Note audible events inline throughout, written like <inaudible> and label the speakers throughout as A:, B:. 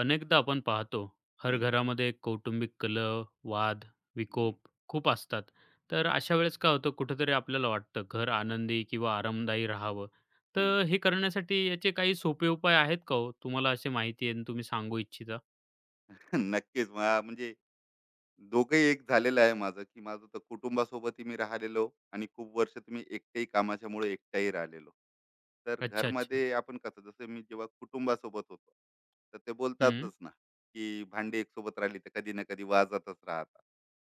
A: अनेकदा आपण पाहतो हर
B: हं,
A: घरामध्ये एक कौटुंबिक कल, वाद,
B: हं,
A: विकोप खूप असतात. तर
B: हं,
A: अशा वेळेस काय होतं कुठेतरी आपल्याला वाटतं घर आनंदी किंवा आरामदायी राहावं.
B: हं.
A: तर हे करण्यासाठी याचे काही सोपे उपाय आहेत का हो? तुम्हाला असे माहिती आहे आणि तुम्ही सांगू इच्छिता?
B: <laughs> नक्कीच. मग म्हणजे दोघंही एक झालेलं आहे माझं, की माझं तर कुटुंबासोबतही मी राहिलेलो आणि खूप वर्ष तुम्ही एकटेही कामाच्यामुळे एकटाही राहिलेलो. तर
A: अच्छा, अच्छा.
B: घरमध्ये आपण कसं जसं मी जेव्हा कुटुंबासोबत होतो तर ते
A: हं.
B: बोलतातच ना की भांडी एक सोबत राहिली तर कधी ना कधी वाजतच राहतात,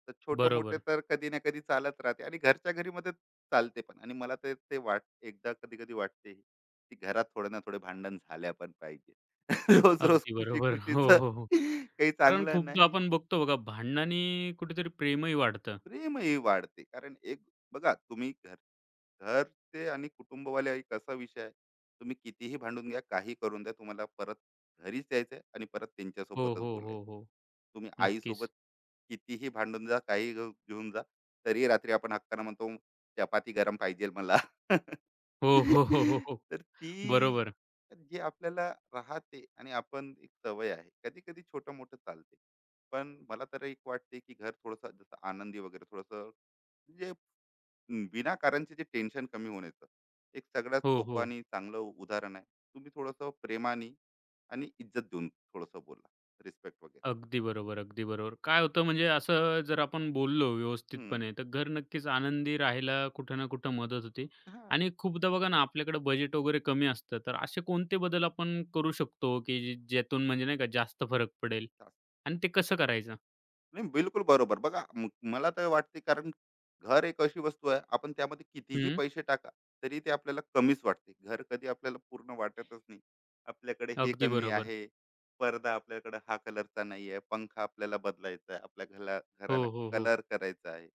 B: तर छोटे मोठे
A: बरोबर.
B: तर कधी ना कधी चालत राहते आणि घरच्या घरी मध्ये चालते पण. आणि मला ते ते वाट एकदा कधी कधी वाटते की घरात थोडे ना थोडे भांडण झाल्या पण पाहिजे. <laughs> रोज रोज
A: अगदी
B: खुशी
A: बरोबर. <laughs> हो,
B: खुशीचं
A: हो, हो.
B: काही
A: कारण
B: चांगलं
A: खूपदा
B: नाही.
A: आपण बघतो बघा भांडणाने कुठेतरी प्रेमही वाढतं.
B: प्रेमही वाढते कारण एक बघा तुम्ही घरचे आणि कुटुंबवाले एक असा विषय आहे, तुम्ही कितीही भांडून घ्या काही करून द्या तुम्हाला परत घरीच यायचं आहे आणि परत
A: हो,
B: त्यांच्यासोबतच
A: हो, हो,
B: बोलायचं.
A: हो.
B: तुम्ही
A: नक्कीच.
B: आईसोबत कितीही भांडून जा, घेऊन जा, तरी रात्री आपण हक्कानं म्हणतो चपाती गरम पाहिजे मला.
A: हो,
B: <laughs>
A: हो, हो, हो, हो.
B: तर ती
A: बरोबर.
B: जी आपल्याला राहते आणि आपण एक सवय आहे कधी कधी छोटं मोठं चालते. पण मला तर एक वाटते की घर थोडंसं जसं आनंदी वगैरे थोडंसं म्हणजे विनाकारणचे जे टेन्शन कमी होण्याचं एक सगळ्यात
A: हो, हो.
B: सोपं आणि चांगलं उदाहरण आहे. तुम्ही थोडंसं प्रेमाने आणि इज्जत देऊन थोडंसं बोला, रिस्पेक्ट वगैरे.
A: अगदी बरोबर, अगदी बरोबर. काय होतं म्हणजे असं जर आपण बोललो
B: हम्म.
A: व्यवस्थितपणे, तर घर नक्कीच आनंदी राहायला कुठं ना कुठं मदत होते.
B: हा.
A: आणि खूपदा बघा ना, आपल्याकडे बजेट वगैरे कमी असतं, तर असे कोणते बदल आपण करू शकतो, की ज्यातून म्हणजे नाही का जास्त फरक पडेल? आणि ते कसं करायचं?
B: नाही, बिलकुल बरोबर. बघा मला तर वाटते कारण घर एक अशी वस्तू आहे, आपण त्यामध्ये कितीही
A: हं,
B: पैसे टाका, तरी ते आपल्याला कमीच वाटते. घर कधी आपल्याला पूर्ण वाटतच नाही. आपल्याकडे हे
A: अगदी
B: कमी
A: बरोबर.
B: आहे, पडदा आपल्याकडे हा कलरचा नाही आहे, पंखा आपल्याला बदलायचा आहे, आपल्या घराला
A: हो, हो, हो.
B: कलर करायचा आहे.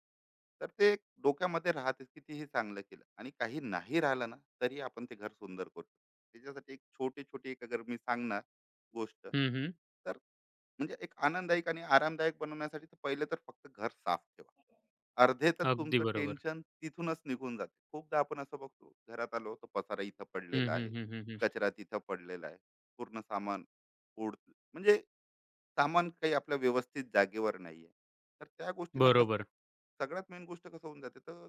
B: तर ते एक डोक्यामध्ये राहतेच, कितीही चांगलं केलं आणि काही नाही राहिलं ना, तरी आपण ते घर सुंदर करतो. त्याच्यासाठी एक छोटी-छोटी एक अगर मी सांगणार गोष्ट,
A: हं, हं.
B: तर म्हणजे एक आनंददायक आणि आरामदायक बनवण्यासाठी तर पहिले तर फक्त घर साफ ठेवा. अर्धे तर
A: अगदी
B: तुमचं
A: बरोबर.
B: टेन्शन तिथूनच निघून जाते. खूपदा आपण असं बघतो, घरात आलो तर पसारा इथं
A: हं,
B: पडलेला
A: हं,
B: आहे,
A: हं, हं, हं.
B: कचरा तिथं पडलेला आहे, पूर्ण सामान उड म्हणजे सामान काही आपल्या व्यवस्थित जागेवर नाही आहे. तर त्या गोष्टीनं कसं
A: बरोबर.
B: सगळ्यात मेन गोष्ट कसं होऊन जाते तर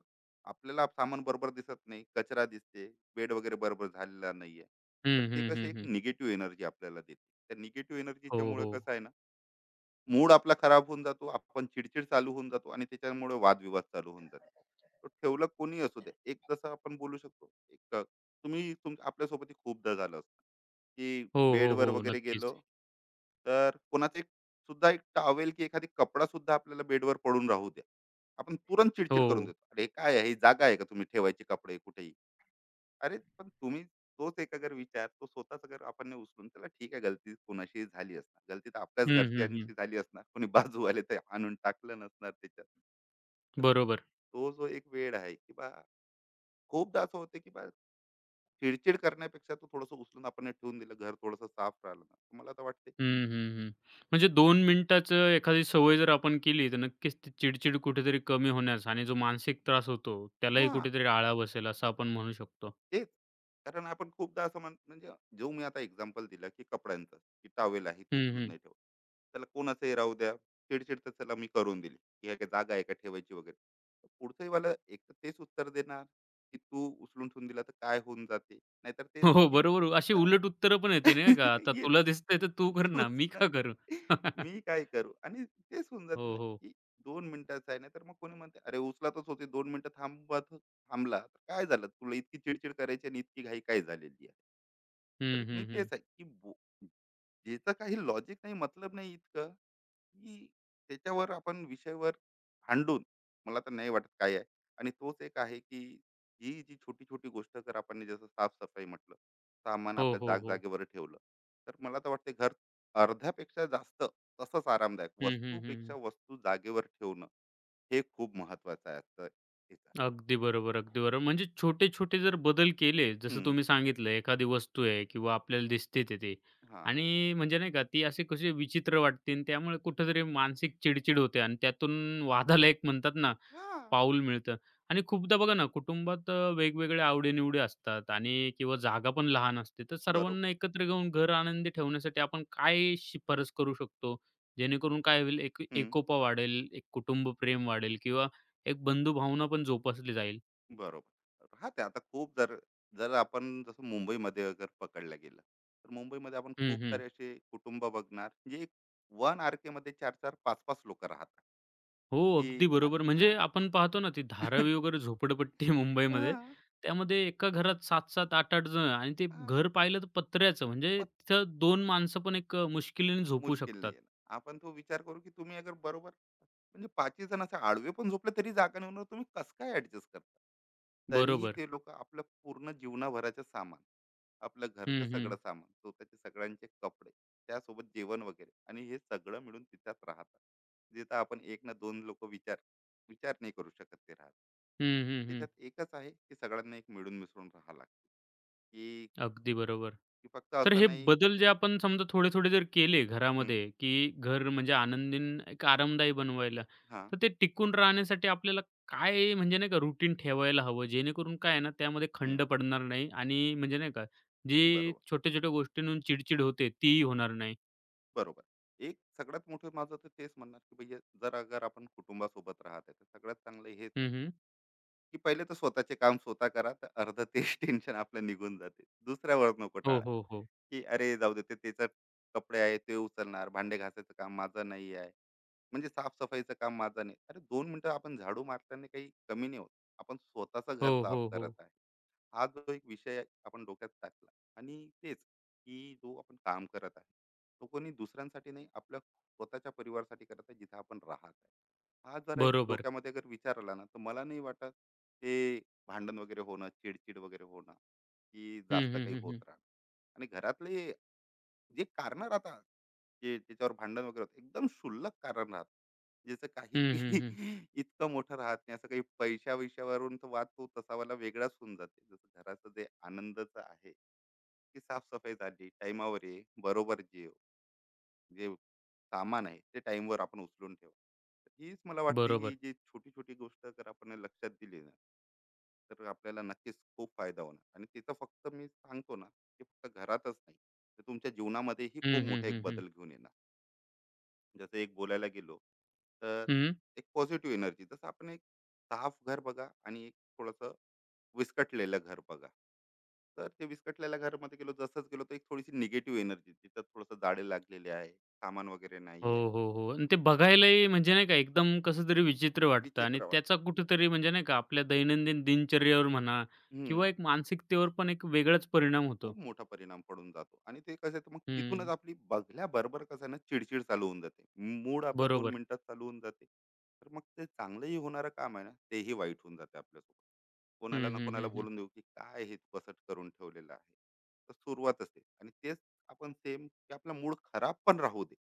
B: आपल्याला सामान बरोबर दिसत नाही, कचरा दिसते, बेड वगैरे बरोबर झालेला नाही. तर
A: हं,
B: ते
A: हं,
B: कसं
A: हं,
B: एक
A: हं.
B: निगेटिव्ह एनर्जी आपल्याला देते. त्या निगेटिव्ह
A: हो,
B: एनर्जीच्यामुळे
A: हो.
B: कसं आहे ना, मूड आपला खराब होऊन जातो, आपण चिडचिड चालू होऊन जातो आणि त्याच्यामुळे वादविवाद चालू होऊन जातो. तो ठेवलं कोणी असू दे, एक जसं आपण बोलू शकतो एक तुम्ही आपल्यासोबत हे खूपदा झालं असतं की
A: हो, हो,
B: बेडवर
A: हो.
B: वगैरे गेलो
A: नक्कीच.
B: तर कोणाचं एक सुद्धा एक टॉवेल की एखादी कपडा सुद्धा आपल्याला बेडवर पडून राहू द्या, आपण तुरंत चिडचिड करून
A: हो.
B: देतो, अरे काय आहे, ही जागा आहे का तुम्ही ठेवायचे कपडे कुठे. अरे पण तुम्ही तोच एक अगर विचार तो स्वतःच अगर आपण नाही उचलून त्याला ठीक आहे, गलती कोणाशी झाली असणार, गलती तर आपल्याच
A: हं, हं, हं.
B: घरच्यांशी झाली असणार, कोणी बाजूवाले तर आणून टाकलं नसणार त्याच्यात. तर
A: बरोबर.
B: तो जो एक वेळ आहे की खूपदा असं होते की चिडचिड करण्यापेक्षा तो थोडस उचलून आपण हे ठेवून दिलं घर थोडस साफ राहिलं ना, मला तर वाटते.
A: हं, हं, हं. म्हणजे 2 मिनिटाचं एखादी सवय जर आपण केली, तर नक्कीच ती चिड-चिड कुठेतरी कमी होण्यास आणि जो मानसिक त्रास होतो, त्यालाही
B: हा.
A: कुठेतरी आळा बसेल असं आपण म्हणू शकतो.
B: तेच. कारण आपण खूपदा असं म्हणजे जो मी आता एक्झाम्पल दिला की कपड्यांचं, की टॉवेल आहे तू
A: हं,
B: उचलून
A: हं.
B: नाही ठेवत त्याला कोणाचंही राहू द्या, चिडचिड तर त्याला मी करून दिली की ह्या काय जागा आहे का ठेवायची वगैरे. तर पुढचंही मला एक तर तेच उत्तर देणार की तू उचलून ठेवून दिला तर काय होऊन जाते, नाहीतर तेच
A: हो, हो.
B: की
A: बरोबर. अशी उलट उत्तरं पण येते नाही का?
B: <laughs>
A: आता
B: येत.
A: तुला दिसतंय तर तू
B: <laughs>
A: कर ना,
B: तूच
A: मी
B: ना.
A: का करू? <laughs>
B: मी काय करू? आणि तेच होऊन जाते
A: हो,
B: ना,
A: हो.
B: की दोन मिनिटाचं आहे ना, तर मग कोणी म्हणते, "अरे, उचलतच होते 2 मिनिटं थांबत थांबला, तर काय झालं? तुला इतकी चिडचिड करायची आणि इतकी घाई काय झालेली आहे?" तर
A: हं,
B: मी
A: हं, हं.
B: तेच आहे, की याचं काही लॉजिक नाही, मतलब नाही इतकं की त्याच्यावर आपण विषयावर भांडून मला तर नाही वाटत काय आहे. आणि तोच एक आहे, की ही जी छोटी छोटी गोष्ट कर आपण ने जसं साफसफाई म्हटलं, सामान
A: हो,
B: आपल्या
A: हो, हो.
B: जागेवर ठेवलं, तर मला तर वाटते घर अर्ध्यापेक्षा जास्त तसंच आरामदायक
A: हं, हं, हं.
B: वस्तूपेक्षा वस्तू जागेवर ठेवणं हे खूप महत्वाचं आहे आजच्या ह्याच्यात.
A: अगदी बरोबर, अगदी बरोबर. म्हणजे छोटे-छोटे जर बदल केले, जसं
B: हम्म.
A: तुम्ही सांगितलं एखादी वस्तू आहे किंवा आपल्याला दिसते ते ते
B: हा.
A: आणि म्हणजे नाही का ती अशी कशी विचित्र वाटते आणि त्यामुळे कुठेतरी मानसिक चिडचिड होते आणि त्यातून वादाला एक म्हणतात ना,
B: हा.
A: पाऊल मिळतं. आणि खूपदा बघा ना, कुटुंबात वेगवेगळ्या आवडी असतात आणि किंवा जागा पण लहान असते. तर
B: बरोबर.
A: सर्वांना एकत्र घेऊन घर आनंदी ठेवण्यासाठी आपण काय शिफारस करू शकतो? जेणेकरून काय होईल, एक
B: हम्म.
A: एकोपा वाढेल, एक कुटुंब प्रेम वाढेल किंवा एक बंधुभावना पण जोपासली जाईल.
B: बरोबर. राहते आता खूप जर, जर आपण जसं मुंबईमध्ये अगर पकडलं गेलं, तर मुंबईमध्ये आपण
A: हं,
B: खूप
A: हं.
B: सारे असे कुटुंब बघणार, जे एक वन आर-केमध्ये 4-4, 5-5 लोकं राहतात,
A: हो,
B: की
A: अगदी
B: आ
A: बरोबर.
B: हां,
A: म्हणजे आपण पाहतो ना, ती धारावी
B: <laughs>
A: वगैरे झोपडपट्टी आहे मुंबईमध्ये.
B: हां,
A: त्यामध्ये एका घरात 7-7, 8-8 जण आणि ते
B: हां,
A: घर पाहिलं तर पत्र्याचं, म्हणजे
B: 1 <laughs>
A: तिथं दोन माणसं पण एक मुश्किलीने झोपू
B: मुश्किल नाही
A: शकतात.
B: येणार. आपण तो विचार करू की तुम्ही अगर बरोबर म्हणजे पाचही जण असे आडवे पण झोपले तरी जागा नाही होणार, तुम्ही कसं काय ऍडजस्ट करता. तरीही
A: बरोबर.
B: ते लोक आपलं पूर्ण जीवनाभराचं सामान, आपलं घरचं
A: हं,
B: सगळं
A: हं.
B: सामान, स्वतःचे सगळ्यांचे कपडे, त्यासोबत जेवण वगैरे आणि हे सगळं मिळून तिथ्याच राहतात, जिथं आपण एक ना दोन लोक विचार विचार नाही करू शकत ते राहत.
A: हं, हं, हं.
B: त्याच्यात एकच आहे की सगळ्यांना एक मिळून मिसळून राहा लागते की
A: अगदी बरोबर.
B: की फक्त
A: तर
B: असं
A: हे
B: नाही.
A: बदल जे आपण समजा थोडे-थोडे जर केले
B: हं.
A: घरामध्ये, की घर म्हणजे आनंदीन एक आरामदायी बनवायला,
B: हा.
A: तर ते टिकून राहण्यासाठी आपल्याला काय म्हणजे नाही का रुटीन ठेवायला हवं, जेणेकरून काय आहे ना त्यामध्ये
B: हं.
A: खंड पडणार नाही आणि म्हणजे नाही का, जी
B: बरोबर.
A: छोट्या-छोट्या गोष्टींहून चिड होते तीही होणार नाही.
B: बरोबर. एक सगळ्यात मोठं माझं तर तेच म्हणणार, की भैया जर अगर आपण कुटुंबासोबत राहत आहे, तर सगळ्यात चांगलं हेच आहे,
A: हं, हं.
B: की पहिले तर स्वतःचे काम स्वतः करा, तर अर्ध तेच <laughs> टेन्शन आपलं निघून जाते. दुसऱ्यावर नको
A: हो,
B: टाळा,
A: हो, हो.
B: की "अरे जाऊ दे, ते त्याचं कपडे आहे, ते उचलणार, भांडे घासायचं काम माझं नाही आहे." म्हणजे साफ काम माझं नाही. अरे 2 मिनिटं आपण झाडू मारल्याने काही कमी नाही होत. आपण स्वतःचं
A: हो,
B: घर साफ
A: हो, हो.
B: करत आहे. हा जो एक विषय आपण डोक्यात टाकला, आणि तेच की जो आपण काम करत आहे तो कोणी दुसऱ्यांसाठी नाही, आपल्या स्वतःच्या परिवारासाठी करत आहे जिथे आपण राहत आहे. हा जर एक
A: बरोबर.
B: डोक्यामध्ये अगर विचार आला ना, तर मला नाही वाटत ते भांडण वगैरे होणं, चिडचिड वगैरे होणं की
A: हं,
B: जास्त
A: हं,
B: काही
A: हं, हं.
B: होत राहणं. आणि घरातले जे कारण राहतात, जे त्याच्यावर भांडण वगैरे होतं, एकदम क्षुल्लक कारण राहत ज्याचं काही
A: हं, हं, हं.
B: <laughs> इतकं मोठं राहत नाही. असं काही पैशा-वैशावरून तर वाद तो तसावाला वेगळाच होऊन जाते. जसं घराचं जे आनंदाचं आहे, की साफ-सफाई झाली, टाईमावर ये, बरोबर जेव, जे सामान आहे ते टाईमवर आपण उचलून ठेवा. तर हीच मला वाटते, ही
A: बरोबर.
B: जी छोटी-छोटी गोष्ट जर आपण लक्षात दिली ना, तर आपल्याला नक्कीच खूप फायदा होणार. आणि तिथं फक्त मी सांगतो ना, की फक्त घरातच नाही, तर तुमच्या जीवनामध्येही
A: हं,
B: खूप
A: हं,
B: मोठा एक
A: हं, हं.
B: बदल घेऊन येणार. जसं एक बोलायला गेलो तर
A: हं.
B: एक पॉझिटिव्ह एनर्जी. जसं आपण एक साफ घर बघा आणि एक थोडंसं विस्कटलेलं घर बघा, तर ते विस्कटलेल्या घरामध्ये गेलो जसंच गेलो तर एक थोडीशी निगेटिव्ह एनर्जी तिथं, थोडंसं जाडे लागलेले आहे, सामान वगैरे
A: हो,
B: नाही आहे.
A: हो, हो. आणि ते बघायलाही म्हणजे नाही का एकदम कसं तरी विचित्र वाटतं आणि
B: विचित्र वाट.
A: त्याचा कुठेतरी म्हणजे नाही का आपल्या दैनंदिन दिनचर्येवर म्हणा
B: हम्म.
A: किंवा एक मानसिकतेवर पण एक वेगळाच परिणाम होतो.
B: खूप मोठा परिणाम पडून जातो. आणि ते कसं आहे, तर मग तिथूनच
A: हं,
B: आपली बघल्याबरोबर कसं आहे ना, चिडचिड चालू होऊन जाते, मूड आपला दोन
A: बरोबर.
B: मिनिटात चालू होऊन जाते, तर मग ते चांगलंही होणारं काम आहे ना, तेही वाईट होऊन जाते आपल्यासोबत. कोणाला
A: हं,
B: ना
A: हं,
B: कोणाला
A: हं, हं.
B: बोलून देऊ की काय हे तू कसं करून ठेवलेलं आहे. तर सुरुवात असते आणि तेच आपण सेम, की आपला मूड खराब पण राहू दे,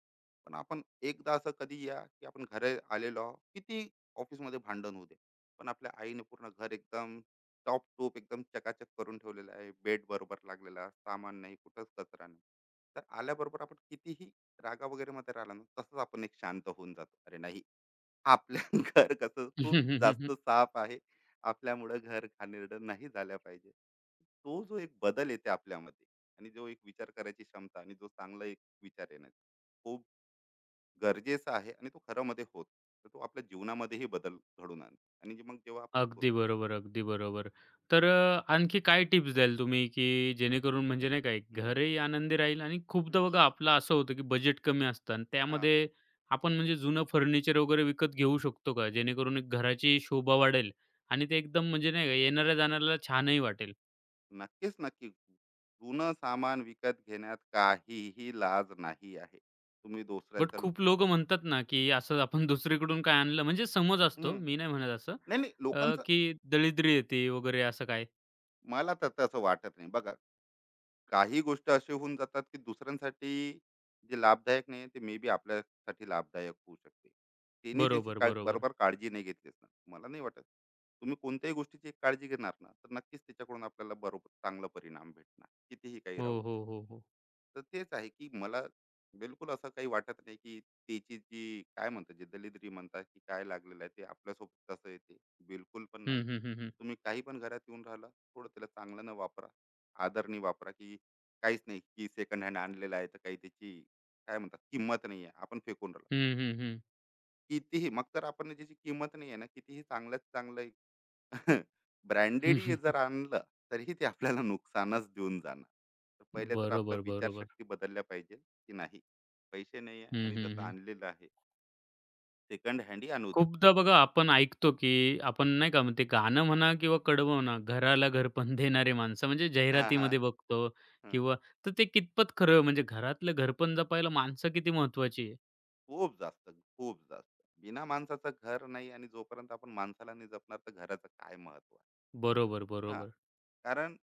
B: पण आपण एकदा असं कधी या की आपण घरी आलेलो आहोत, किती ऑफिसमध्ये भांडण होऊ दे, पण आपल्या आईने पूर्ण घर एकदम टॉप टूप एकदम चकाचक करून ठेवलेला आहे, बेड बरोबर लागलेला, सामान नाही कुठंच, कचरा नाही, तर आल्याबरोबर आपण कितीही रागा वगैरे मध्ये राहिला ना, तसंच आपण एक शांत होऊन जातो, अरे नाही आपल्या <laughs> घर कसं खूप जास्त
A: <laughs>
B: साफ आहे, आपल्यामुळं घर घाणेरडं नाही झाल्या पाहिजे. तो जो एक बदल येते आपल्यामध्ये, आणि जो एक विचार करायची क्षमता आणि जो चांगला एक विचार येण्याची खूप गरजेचं आहे, आणि तो खरं मध्ये होत तर तो आपल्या जीवनामध्येही बदल घडून आणतो. आणि जे मग जेव्हा आपण
A: अगदी बरोबर, अगदी बरोबर. तर आणखी काय टिप्स द्याल तुम्ही, की जेणेकरून म्हणजे नाही का
B: हम्म,
A: घरही आनंदी राहील आणि खूपदा
B: हम्म,
A: बघा आपलं असं होतं, की बजेट कमी असतं आणि
B: हा.
A: त्यामध्ये आपण म्हणजे जुनं फर्निचर वगैरे विकत घेऊ शकतो का? जेणेकरून एक घराची शोभा वाढेल आणि ते एकदम म्हणजे नाही का येणाऱ्या-जाणाऱ्याला छानही वाटेल.
B: नक्कीच, नक्की. जुनं सामान विकत घेण्यात काहीही लाज नाही आहे,
A: बट खूप लोकं म्हणतात ना, की असं आपण दुसरीकडून काय आणलं म्हणजे समज असतो,
B: हम्म.
A: मी नाही म्हणत असं,
B: नाही नाही, लोकांचं
A: की दरिद्री येते वगैरे असं काय.
B: मला तर तसं वाटत नाही बघा. काही गोष्ट असे होऊन जातात की दुसऱ्यांसाठी जे लाभदायक नाही ते मे बी आपल्यासाठी लाभदायक होऊ शकते. त्यांनी त्याची
A: बरोबर,
B: काय
A: बरोबर.
B: बरोबर काळजी नाही घेतलीच ना, मला नाही वाटत. तुम्ही कोणत्याही गोष्टीची एक काळजी घेणार ना, तर नक्कीच त्याच्याकडून आपल्याला बरोबर चांगला परिणाम भेटणार कितीही काही
A: हो,
B: राहू द्या.
A: हो, हो, हो.
B: तर तेच आहे की मला बिलकुल असं काही वाटत नाही की त्याची जी काय म्हणतात, जे दलिद्री म्हणतात की काय लागलेलं आहे ते आपल्यासोबत कसं येते, बिलकुल पण
A: हं,
B: नाही.
A: हं, हं, हं.
B: तुम्ही काही पण घरात येऊन राहिला, थोडं त्याला चांगल्यानं वापरा, आदरणी वापरा, की काहीच नाही की सेकंड हँड आणलेला आहे तर काही त्याची काय म्हणतात किंमत नाही आहे आपण फेकून राहिलो.
A: हं, हं, हं.
B: कितीही मग तर आपण ज्याची किंमत नाही आहे ना, कितीही चांगल्यात चांगलं एक <laughs> ब्रँडेड जर
A: <laughs>
B: आणलं तरीही ते आपल्याला नुकसानच देऊन जाणार. तर पहिले तर आपला
A: बरोबर, बरोबर.
B: विचारशक्ती बदलल्या पाहिजे की नाही पैसे नाही आहे
A: हं,
B: आणि
A: हं,
B: जसं
A: हं.
B: आणलेलं आहे सेकंड हँडी आणू दे.
A: खूपदा बघा आपण ऐकतो, की आपण नाही का मग ते गाणं म्हणा किंवा कडवं म्हणा, घराला घरपण देणारे माणसं म्हणजे
B: हा. हा.
A: जाहिरातीमध्ये बघतो
B: हा.
A: किंवा तर ते कितपत खरं म्हणजे घरातलं घरपण जपायला माणसं किती महत्त्वाची आहे.
B: खूप जास्त, खूप जास्त बिना माणसाचं घर नाही, आणि जोपर्यंत आपण माणसाला नाही जपणार तर घराचं काय महत्व आहे.
A: बरोबर,
B: हां.
A: बरोबर.
B: कारण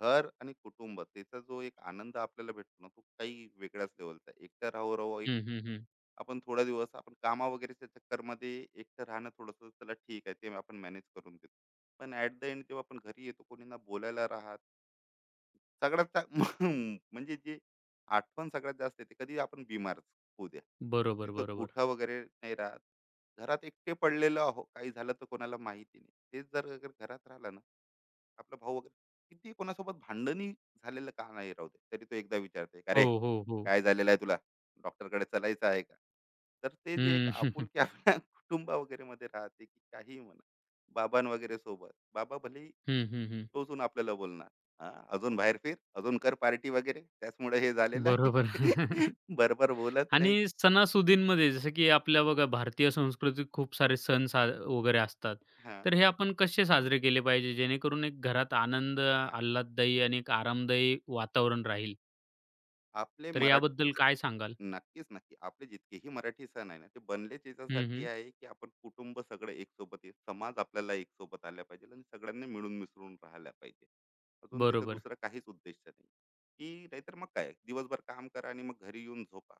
B: घर आणि कुटुंब त्याचा जो एक आनंद आपल्याला भेटतो ना, तो काही वेगळ्याच लेव्हलचा आहे. एकटं राहो-राहो एक
A: हं, हं, हं.
B: आपण थोडा दिवस आपण कामा वगैरेच्या चक्करमध्ये एकटं राहणं थोडंसं चला ठीक आहे, ते आपण मॅनेज करून देतो. पण ॲट द एंड जेव्हा आपण घरी येतो, कोणी ना बोलायला राहत. सगळ्यात चा <laughs> म्हणजे जी आठवण सगळ्यात जास्त येते, कधी आपण बिमार होऊ द्या,
A: बरोबर,
B: तिथं
A: बरोबर.
B: उठा वगैरे नाही राहत. घरात एकटे पडलेलो आहो, काही झालं तर कोणाला माहिती नाही. तेच जर अगर घरात राहिलं ना, आपला भाऊ वगैरे किती कोणासोबत भांडणही झालेलं का नाही राहू दे, तरी तो एकदा विचारते अरे
A: हो, हो, हो.
B: काय झालेलं आहे तुला, डॉक्टरकडे चालायचं आहे का. तर ते जे एक
A: हं. <laughs>
B: आपुलकी आपल्या <laughs> कुटुंबा वगैरे मध्ये राहते की काही म्हणा बाबां वगैरे सोबत, बाबा भले
A: हं, हं, हं.
B: टोचून आपल्याला बोलणार, हा अजून बाहेर फिर, अजून कर पार्टी वगैरे त्याचमुळे हे
A: <laughs>
B: झालेलं आहे.
A: बरोबर.
B: <laughs>
A: <laughs>
B: बरोबर बोलत नाही.
A: आणि सणासुदींमध्ये जसं की आपल्या बघा भारतीय संस्कृतीत खूप सारे सण वगैरे असतात.
B: हा.
A: तर हे आपण कसे साजरे केले पाहिजे जेणेकरून एक घरात आनंद,
B: हा.
A: आल्हाददायी आणि एक आरामदायी वातावरण राहील?
B: आपले
A: तर
B: मराठी,
A: याबद्दल काय सांगाल?
B: नक्कीच, नक्की. आपले जितकेही मराठी सण आहे ना, ते बनलेच
A: हं,
B: याच्यासाठी
A: हं.
B: आहे, की आपण कुटुंब सगळं एकसोबत आहे. समाज आपल्याला एकसोबत आला पाहिजे आणि सगळ्यांनी मिळून मिसळून राहायला पाहिजे. अजून तिचा
A: बरोबर,
B: दुसरा काहीच उद्देश नाही, की नाहीतर मग काय दिवसभर काम करा आणि मग घरी येऊन झोपा.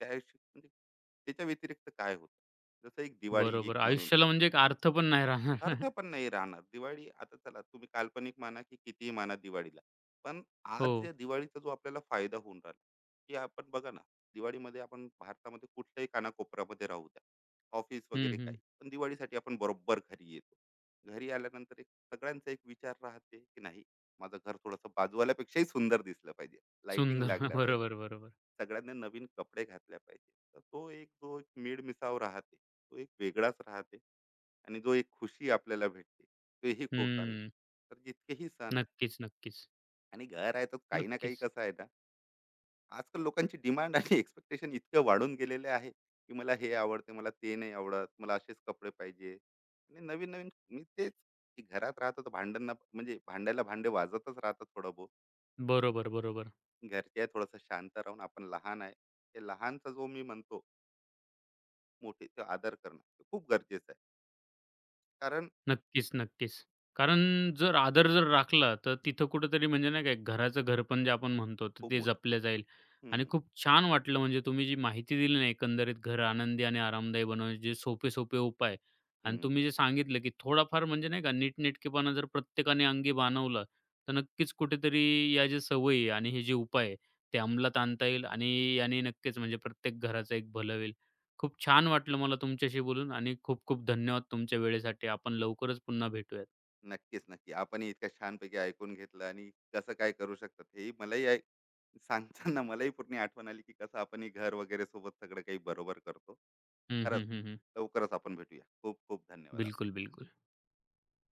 B: त्या म्हणजे त्याच्या व्यतिरिक्त काय होतं? जसं एक दिवाळी एक
A: बरोबर.
B: म्हणून
A: आयुष्याला म्हणजे एक अर्थ पण नाही राहणार.
B: अर्थ
A: <laughs>
B: पण नाही राहणार. दिवाळी आता चला तुम्ही काल्पनिक माना की कितीही माना दिवाळीला. पण
A: हो.
B: आज या दिवाळीचा जो आपल्याला फायदा होऊन राहिला, की आपण बघा ना, दिवाळीमध्ये आपण भारतामध्ये कुठल्याही कानाकोपऱ्यामध्ये राहू द्या, ऑफिस
A: हं,
B: वगैरे काही,
A: हं.
B: पण दिवाळीसाठी आपण बरोबर घरी येतो. घरी आल्यानंतर एक सगळ्यांचा एक विचार राहते, की नाही माझं घर थोडंसं बाजूवाल्यापेक्षाही सुंदर दिसलं पाहिजे, लाइटिंग
A: सुंदर. <laughs>
B: लागल्या,
A: बरोबर, बरोबर.
B: सगळ्यांनी नवीन कपडे घातल्या पाहिजे, तर तो एक जो एक मिळमिसाव राहते तो एक वेगळाच राहते आणि जो एक खुशी आपल्याला भेटते तेही खूप चांगली.
A: हं.
B: तर जितकेही सण आहे
A: नक्कीच, नक्कीच.
B: आणि घर आहे तर काही ना काही
A: नक्कीच.
B: कसं आहे ना. आजकाल लोकांची डिमांड आणि एक्सपेक्टेशन इतकं वाढून गेलेले आहे, की मला हे आवडते, मला ते नाही आवडत, मला असेच कपडे पाहिजे आणि नवीन नवीन. मी तेच, की घरात राहतो तर भांडण म्हणजे भांडायला भांडे वाजतच राहतात थोडं बहुत.
A: बरोबर, बरोबर.
B: घरचे आहे थोडंसं शांत राहून आपण लहान आहे, ते लहानचा जो मी म्हणतो, मोठे ते आदर करणं हे खूप गरजेचं आहे कारण.
A: नक्कीच, नक्कीच. कारण जर आदर जर राखला, तर तिथं कुठेतरी म्हणजे नाही काय घराचं घरपण जे आपण म्हणतो, तर
B: खूप
A: ते
B: मोठं.
A: जपलं जाईल. आणि
B: हम्म,
A: खूप छान वाटलं म्हणजे तुम्ही जी माहिती दिली ना एकंदरीत घर आनंदी आणि आरामदायी बनवण्याचे जे सोपे-सोपे उपाय आणि
B: हम्म,
A: तुम्ही जे सांगितलं, की थोडाफार म्हणजे नाही का नीटनेटकेपणा जर प्रत्येकाने अंगी बाणवला, तर नक्कीच कुठेतरी या ज्या सवयी आणि हे जे उपाय आहे, ते अंमलात आणता येईल आणि याने नक्कीच म्हणजे प्रत्येक घराचं एक भलं होईल. खूप छान वाटलं मला तुमच्याशी बोलून आणि खूप खूप धन्यवाद तुमच्या वेळेसाठी. आपण लवकरच पुन्हा भेटूयात.
B: नक्कीच नक्की. आपणही इतक्या छानपैकी ऐकून घेतलं आणि कसं काय करू शकतात हेही सांगताना मलाही पूर्ण आठवण आली की कसं आपण हे घर वगैरे सोबत सगळं काही बरोबर करतो.
A: हं,
B: खरंच
A: हं, हं, हं.
B: लवकरच आपण भेटूया. खूप खूप धन्यवाद.
A: बिलकुल, बिलकुल.